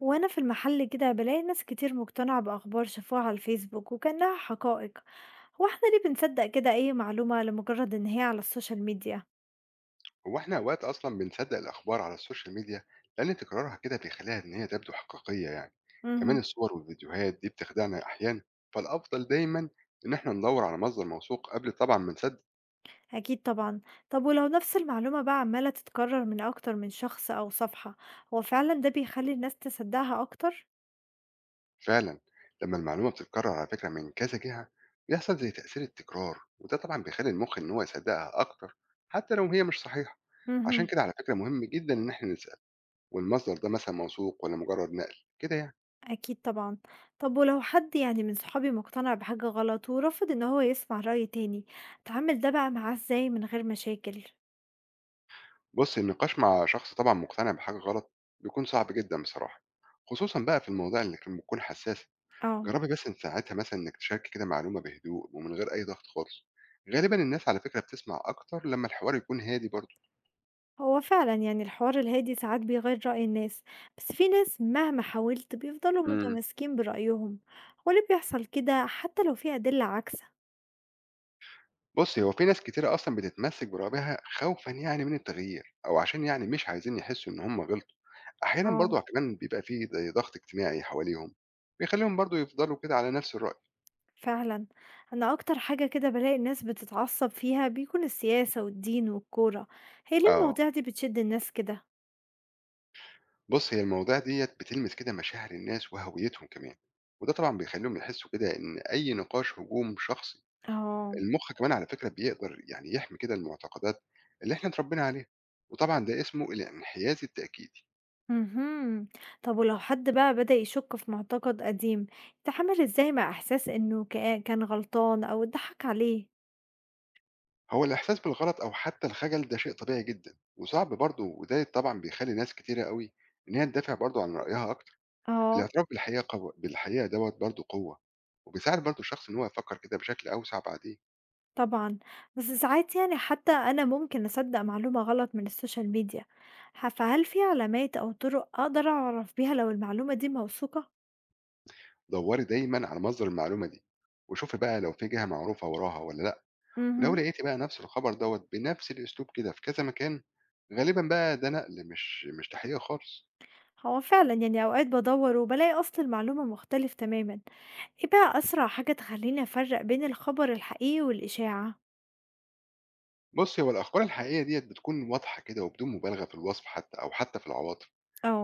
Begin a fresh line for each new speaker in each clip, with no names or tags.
وانا في المحل كده بلاقي ناس كتير مقتنعة بأخبار شافوها على الفيسبوك وكأنها حقائق. هو احنا ليه بنصدق كده اي معلومة لمجرد ان هي على السوشيال ميديا؟
هو احنا اوقات اصلا بنصدق الاخبار على السوشيال ميديا، لان تكرارها كده بيخليها ان هي تبدو حقيقيه يعني. كمان
امم
الصور والفيديوهات دي بتخدعنا احيانا، فالافضل دايما ان احنا ندور على مصدر موثوق قبل طبعا ما نصدق.
اكيد طبعا. طب ولو نفس المعلومة بقى عمالة تتكرر من اكتر من شخص او صفحة، هو فعلا ده بيخلي الناس تصدقها اكتر؟
فعلا، لما المعلومه بتتكرر على فكره من كذا جهه، بيحصل زي تاثير التكرار، وده طبعا بيخلي المخ ان هو يصدقها اكتر حتى لو هي مش صحيحه. عشان
امم
كده على فكره مهم جدا ان احنا نسال، والمصدر ده مثلا موثوق ولا مجرد نقل كده يعني.
اكيد طبعا. طب ولو حد من صحابي مقتنع بحاجة غلط ورفض ان هو يسمع رأي تاني، اتعامل ده بقى معاه ازاي من غير مشاكل؟
بُص، النقاش مع شخص طبعًا مقتنع بحاجة غلط بيكون صعب جدًا بصراحة، خصوصًا بقى في المواضيع اللي كان بتكون حساسة.
اه،
جرّبي بس إن ساعتها مثلًا إنِّك تشاركي كده معلومة بهدوء ومن غير أي ضغط خالص. غالبًا الناس على فكرة بتسمع أكتر لمّا الحوار يكون هادي برضه.
هو فعلًا الحوار الهادي ساعات بيغيّر رأي الناس، بس في ناس مهما حاولت بيفضلوا
إمم.
متمسكين برأيهم. هو ليه بيحصل كده حتى لو في أدلة عاكسة؟
بُصّي، هو في ناس كتيرة أصلًا بتتمسك برأيها خوفًا يعني من التغيير، أو عشان يعني مش عايزين يحسّوا إن هم غلطوا. أحيانًا
آه.
برضه كمان بيبقى في زي ضغط اجتماعي حواليهم بيخلّيهم برضه يفضلوا كده على نفس الرأي.
فعلًا، أنا أكتر حاجة كده بالاقي الناس بتتعصب فيها بيكون السياسة والدين والكورة. هي ليه
آه.
المواضيع دي بتشد الناس كده؟
بُص، هي المواضيع ديّة بتلمس كده مشاعر الناس وهويتهم كمان، وده طبعًا بيخلّيهم يحسّوا كده إن أي نقاش هجوم شخصي.
آه.
المُخ كمان على فكرة بيقدر يعني يحمي كده المعتقدات اللي إحنا اتربّينا عليها، وطبعًا ده اسمه الانحياز التأكيدي.
اهم. طب ولو حد بقى بدأ يشك في معتقد قديم، يتعامل إزاي مع إحساس إنه كان غلطان أو اتضحك عليه؟
هو الإحساس بالغلط أو حتى الخجل ده شيء طبيعي جدًا وصعب برضه، وده طبعًا بيخلّي ناس كتيرة أوي إن هي تدافع برضه عن رأيها أكتر.
آه.
الاعتراف بالحقيقة دوّة برضه قوة، وبيساعد برضه الشخص إن هو يفكّر كده بشكل أوسع بعدين.
طبعًا، بس ساعات حتى أنا ممكن أصدّق معلومة غلط من السوشيال ميديا، فهل في علامات أو طرق أقدر أعرف بيها لو المعلومة دي موثوقة؟
دوري دايمًا على مصدر المعلومة دي، وشوفي بقى لو في جهة معروفة وراها والّا لأ. ولو
اهم.
لقيتِ بقى نفس الخبر دوّة بنفس الأسلوب كده في كذا مكان، غالبًا بقى ده نقل مش تحقيق خالص.
هو فعلًا أوقات بادوّر وبالاقي أصل المعلومة مختلف تمامًا. إيه بقى أسرع حاجة تخلّيني أفرّق بين الخبر الحقيقي والإشاعة؟
بُصّي، هو الأخبار الحقيقية ديّة بتكون واضحة كده وبدون مبالغة في الوصف حتى أو حتى في العواطف.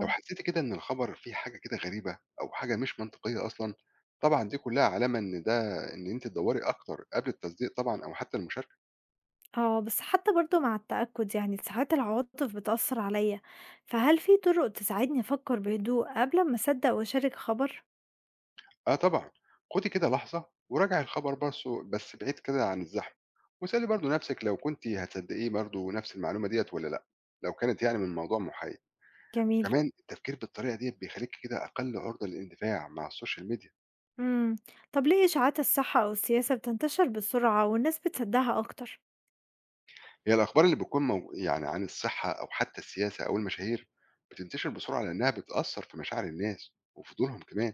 لو حسيتِ كده إن الخبر فيه حاجة كده غريبة أو حاجة مش منطقية أصلًا، طبعًا دي كلّها علامة إن أنتِ تدوري أكتر قبل التصديق طبعًا أو حتى المشاركة.
آه، بس حتى برضه مع التأكد ساعات العواطف بتأثّر عليَّ، فهل في طرق تساعدني أفكّر بهدوء قبل أمّا أصدّق وأشارك خبر؟
آه طبعًا، خُدي كده لحظة وراجعي الخبر برسه بس بعيد كده عن الزحمة، واسألي برضه نَفْسِك لو كنتِ هتصدقيه برضه نَفْس المعلومة ديّة والّا لأ، لو كانت يعني من موضوع محايد.
جميل.
كمان التفكير بالطريقة ديّة بيخلّيكِ كده أقل عُرضة للاندفاع مع السوشيال ميديا.
امم طب ليه إشاعات الصحة أو السياسة بتنتشر بسرعة والناس بتصدقها أكتر؟
هي الأخبار اللي بتكون مو يعني عن الصحة أو حتى السياسة أو المشاهير بتنتشر بسرعة لإنها بتأثّر في مشاعر الناس وفضولهم كمان.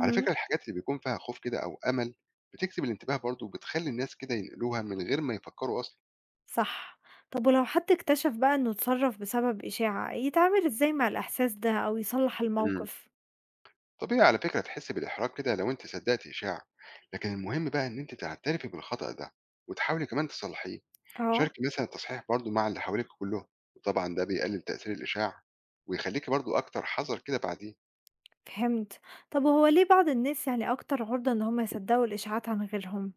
على فكرة الحاجات اللي بيكون فيها خوف كده أو أمل بتجذب الانتباه برضه، وبتخلّي الناس كده ينقلوها من غير ما يفكّروا أصلًا.
صح. طب ولو حد اكتشف بقى إنه اتصرف بسبب إشاعة، يتعامل إزاي مع الإحساس ده أو يصلح
إمم.
الموقف؟
طبيعي على فكرة تحس بالإحراج كده لو أنت صدقت إشاعة، لكن المهم بقى إن أنت تعترفي بالخطأ ده وتحاولي كمان تصلحيه.
اه.
شاركي مثلا التصحيح برضو مع اللي حواليك كلهم، وطبعا ده بيقلل تأثير الإشاعة، ويخليكي برضو أكتر حذر كده بعدين.
فهمت. طب وهو ليه بعض الناس أكتر عرضة إن هم يصدقوا الإشاعات عن غيرهم؟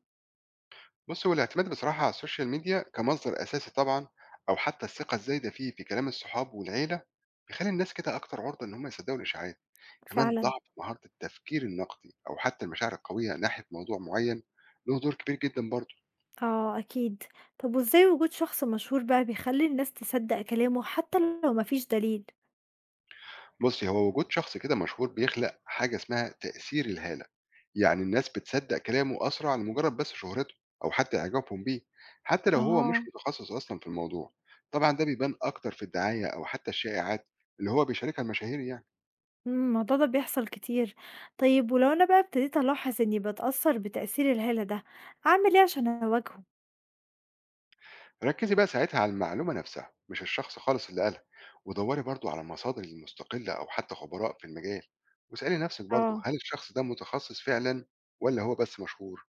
بص، هو الاعتماد بصراحة على السوشيال ميديا كمصدر أساسي طبعا، أو حتى الثقة الزايدة فيه في كلام الصحاب والعيلة، بيخلي الناس كده أكتر عرضة إن هم يصدقوا الإشاعات. كمان
فعلا.
ضعف مهارة التفكير النقدي أو حتى المشاعر القوية ناحية موضوع معين له دور كبير جدا برضه.
اه أكيد. طب وإزاي وجود شخص مشهور بقى بيخلي الناس تصدق كلامه حتى لو مفيش دليل؟
بُصّي، هو وجود شخص كده مشهور بيخلق حاجة اسمها تأثير الهالة، يعني الناس بتصدّق كلامه أسرع لمجرد بس شهرته أو حتى إعجابهم بيه، حتى لو هو مش
اه.
متخصص أصلًا في الموضوع. طبعًا ده بيبان أكتر في الدعاية أو حتى الشائعات اللي هو بيشاركها المشاهير يعني.
إمم، الموضوع ده بيحصل كتير. طيب، ولو أنا بقى ابتديت ألاحظ إني باتأثّر بتأثير الهالة ده، أعمل إيه عشان أواجهه؟
ركّزي بقى ساعتها على المعلومة نفسها مش الشخص خالص اللي قالها، ودوّري برضه على مصادر المستقلة أو حتى خبراء في المجال، واسألي نفسِك برضه
آه.
هل الشخص ده متخصص فعلًا والّا هو بس مشهور؟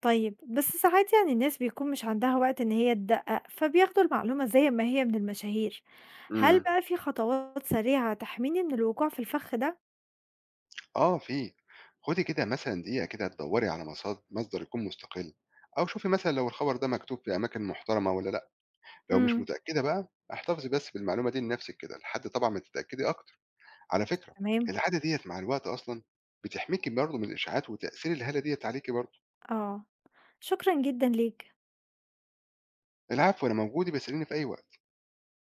طيب، بس ساعات الناس بيكون مش عندها وقت إن هي تدقّق، فبياخدوا المعلومة زي ما هي من المشاهير. هل
إمم.
بقى في خطوات سريعة تحميني من الوقوع في الفخ ده؟
آه في. خدي كده مثلًا دقيقة كده تدوّري على مصدر يكون مستقل، أو شوفي مثلًا لو الخبر ده مكتوب في أماكن محترمة والّا لأ. لو مش
إمم.
متأكدة بقى احتفظي بس بالمعلومة دي لنفسِك كده لحد طبعًا ما تتأكدي أكتر. على فكرة
تمام،
العادة ديّة مع الوقت أصلًا بتحميكِ برضه من الإشاعات وتأثير الهالة ديّة عليكِ برضه.
آه. شكرًا جدًا ليك.
العفو، أنا موجود، يبقى اسأليني في أي وقت.